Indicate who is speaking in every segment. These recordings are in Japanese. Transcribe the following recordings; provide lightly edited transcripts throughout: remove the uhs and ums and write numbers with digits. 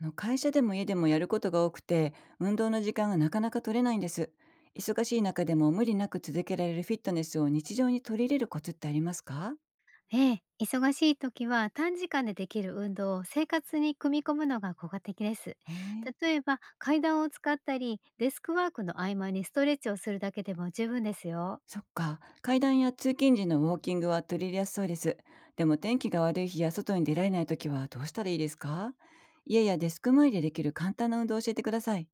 Speaker 1: あの、会社でも家でもやることが多くて、運動の時間がなかなか取れないんです。忙しい中でも無理なく続けられるフィットネスを日常に取り入れるコツってありますか？
Speaker 2: ええ、忙しい時は短時間でできる運動を生活に組み込むのが効果的です。
Speaker 1: えー、
Speaker 2: 例えば階段を使ったりデスクワークの合間にストレッチをするだけでも十分ですよ。
Speaker 1: そっか、階段や通勤時のウォーキングは取り入れやすそうです。でも天気が悪い日や外に出られない時はどうしたらいいですか？家やデスク前でできる簡単な運動を教えてください。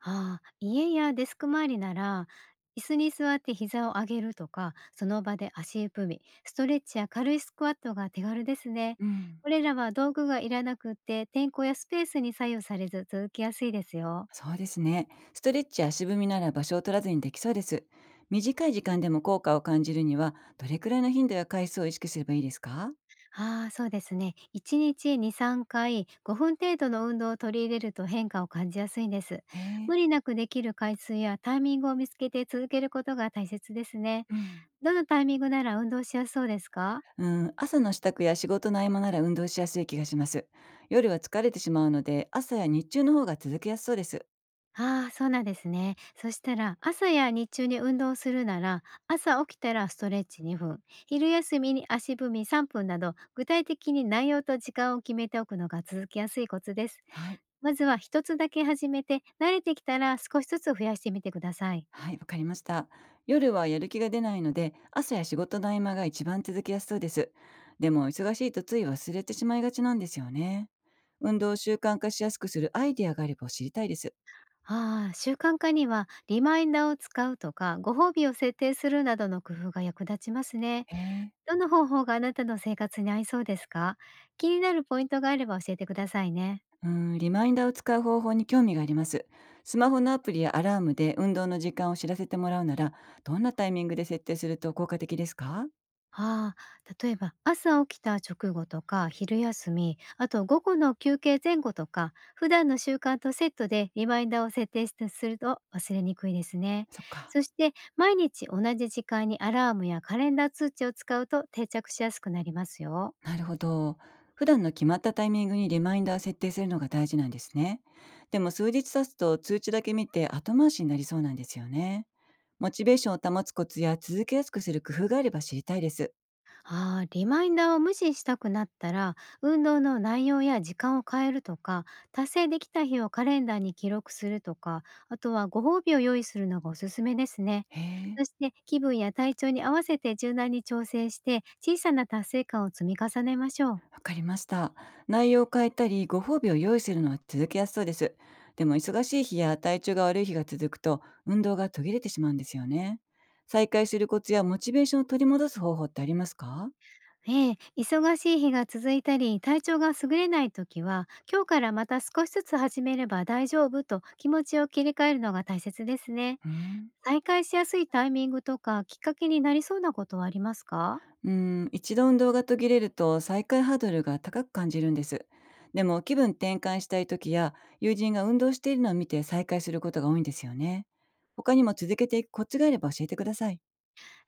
Speaker 2: ああ、家やデスク周りなら椅子に座って膝を上げるとかその場で足踏み、ストレッチや軽いスクワットが手軽ですね。
Speaker 1: うん。
Speaker 2: これらは道具がいらなくって天候やスペースに左右されず続きやすいですよ。
Speaker 1: そうですね。ストレッチや足踏みなら場所を取らずにできそうです。短い時間でも効果を感じるには、どれくらいの頻度や回数を意識すればいいですか？
Speaker 2: ああ、そうですね。1日2、3回5分程度の運動を取り入れると変化を感じやすいんです。
Speaker 1: へえ、
Speaker 2: 無理なくできる回数やタイミングを見つけて続けることが大切ですね。
Speaker 1: うん。
Speaker 2: どのタイミングなら運動しやすそうですか？
Speaker 1: うん、朝の支度や仕事の合間なら運動しやすい気がします。夜は疲れてしまうので、朝や日中の方が続けやすそうです。
Speaker 2: ああ、そうなんですね。そしたら朝や日中に運動するなら、朝起きたらストレッチ2分、昼休みに足踏み3分など、具体的に内容と時間を決めておくのが続きやすいコツです。
Speaker 1: はい。
Speaker 2: まずは一つだけ始めて、慣れてきたら少しずつ増やしてみてください。
Speaker 1: はい、わかりました。夜はやる気が出ないので、朝や仕事の合間が一番続きやすそうです。でも、忙しいとつい忘れてしまいがちなんですよね。運動を習慣化しやすくするアイデアがあれば知りたいです。
Speaker 2: ああ、習慣化にはリマインダーを使うとか、ご褒美を設定するなどの工夫が役立ちますね。
Speaker 1: へえ。
Speaker 2: どの方法があなたの生活に合いそうですか？気になるポイントがあれば教えてくださいね。
Speaker 1: うん、リマインダーを使う方法に興味があります。スマホのアプリやアラームで運動の時間を知らせてもらうなら、どんなタイミングで設定すると効果的ですか？
Speaker 2: ああ、例えば朝起きた直後とか昼休み、あと午後の休憩前後とか、普段の習慣とセットでリマインダーを設定してすると忘れにくいですね。
Speaker 1: そっか。
Speaker 2: そして毎日同じ時間にアラームやカレンダー通知を使うと定着しやすくなりますよ。
Speaker 1: なるほど。普段の決まったタイミングにリマインダー設定するのが大事なんですね。でも数日経つと通知だけ見て後回しになりそうなんですよね。モチベーションを保つコツや続けやすくする工夫があれば知りたいです。
Speaker 2: ああ、リマインダーを無視したくなったら、運動の内容や時間を変えるとか、達成できた日をカレンダーに記録するとか、あとはご褒美を用意するのがおすすめですね。
Speaker 1: へえ、
Speaker 2: そして気分や体調に合わせて柔軟に調整して、小さな達成感を積み重ねましょう。
Speaker 1: わかりました。内容を変えたり、ご褒美を用意するのは続けやすそうです。でも忙しい日や体調が悪い日が続くと運動が途切れてしまうんですよね。再開するコツやモチベーションを取り戻す方法ってありますか？
Speaker 2: ええ、忙しい日が続いたり、体調が優れない時は、今日からまた少しずつ始めれば大丈夫と気持ちを切り替えるのが大切ですね。
Speaker 1: うん。
Speaker 2: 再開しやすいタイミングとかきっかけになりそうなことはありますか？
Speaker 1: うーん、一度運動が途切れると再開ハードルが高く感じるんです。でも気分転換したい時や友人が運動しているのを見て再開することが多いんですよね。他にも続けていくコツがあれば教えてください。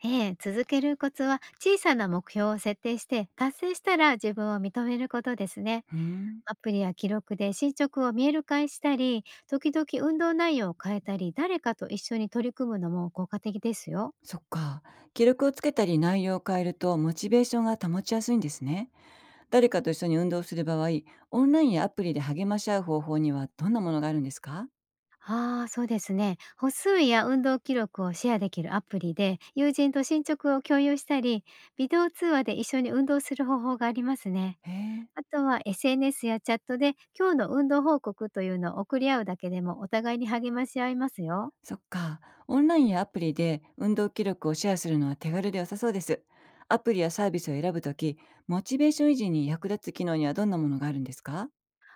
Speaker 2: ええ、続けるコツは小さな目標を設定して達成したら自分を認めることですね。
Speaker 1: うーん、
Speaker 2: アプリや記録で進捗を見える化したり、時々運動内容を変えたり、誰かと一緒に取り組むのも効果的ですよ。
Speaker 1: そっか。記録をつけたり内容を変えるとモチベーションが保ちやすいんですね。誰かと一緒に運動する場合、オンラインやアプリで励まし合う方法にはどんなものがあるんですか？
Speaker 2: ああ、そうですね。歩数や運動記録をシェアできるアプリで、友人と進捗を共有したり、ビデオ通話で一緒に運動する方法がありますね。
Speaker 1: へえ。
Speaker 2: あとは SNS やチャットで今日の運動報告というのを送り合うだけでもお互いに励まし合いますよ。
Speaker 1: そっか。オンラインやアプリで運動記録をシェアするのは手軽で良さそうです。アプリやサービスを選ぶとき、モチベーション維持に役立つ機能にはどんなものがあるんですか？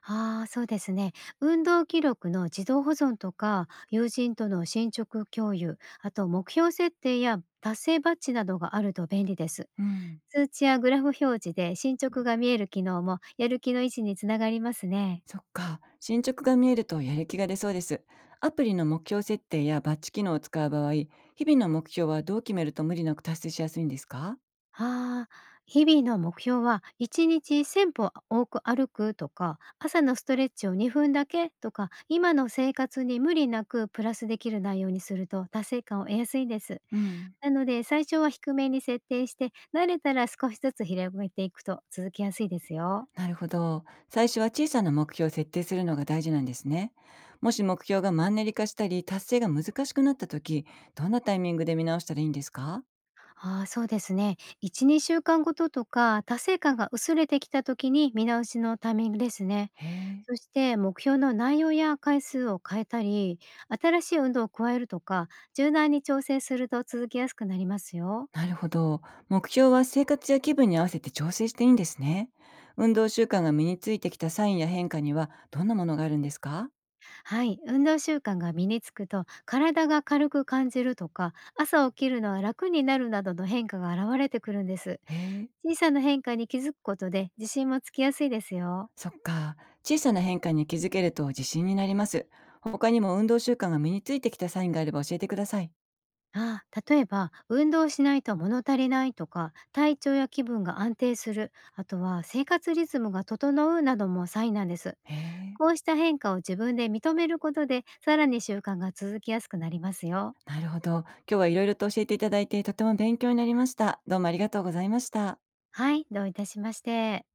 Speaker 2: ああ、そうですね。運動記録の自動保存とか、友人との進捗共有、あと目標設定や達成バッジなどがあると便利です。
Speaker 1: うん。
Speaker 2: 通知やグラフ表示で進捗が見える機能もやる気の維持につながりますね。
Speaker 1: そっか。進捗が見えるとやる気が出そうです。アプリの目標設定やバッチ機能を使う場合、日々の目標はどう決めると無理なく達成しやすいんですか？
Speaker 2: ああ、日々の目標は1日1000歩多く歩くとか、朝のストレッチを2分だけとか、今の生活に無理なくプラスできる内容にすると達成感を得やすいです。
Speaker 1: うん。
Speaker 2: なので最初は低めに設定して、慣れたら少しずつ広げていくと続きやすいですよ。
Speaker 1: なるほど。最初は小さな目標を設定するのが大事なんですね。もし目標がマンネリ化したり、達成が難しくなった時、どんなタイミングで見直したらいいんですか？
Speaker 2: ああ、そうですね。1、2週間ごととか、達成感が薄れてきた時に見直しのタイミングですね。
Speaker 1: へえ。
Speaker 2: そして目標の内容や回数を変えたり、新しい運動を加えるとか、柔軟に調整すると続きやすくなりますよ。
Speaker 1: なるほど。目標は生活や気分に合わせて調整していいんですね。運動習慣が身についてきたサインや変化にはどんなものがあるんですか？
Speaker 2: はい、運動習慣が身につくと、体が軽く感じるとか、朝起きるのは楽になるなどの変化が現れてくるんです。
Speaker 1: へえ。
Speaker 2: 小さな変化に気づくことで自信もつきやすいですよ。
Speaker 1: そっか。小さな変化に気づけると自信になります。他にも運動習慣が身についてきたサインがあれば教えてください。
Speaker 2: ああ、例えば運動しないと物足りないとか、体調や気分が安定する、あとは生活リズムが整うなどもサインなんです。
Speaker 1: へえ。
Speaker 2: こうした変化を自分で認めることで、さらに習慣が続きやすくなりますよ。
Speaker 1: なるほど。今日はいろいろと教えていただいて、とても勉強になりました。どうもありがとうございました。
Speaker 2: はい、どういたしまして。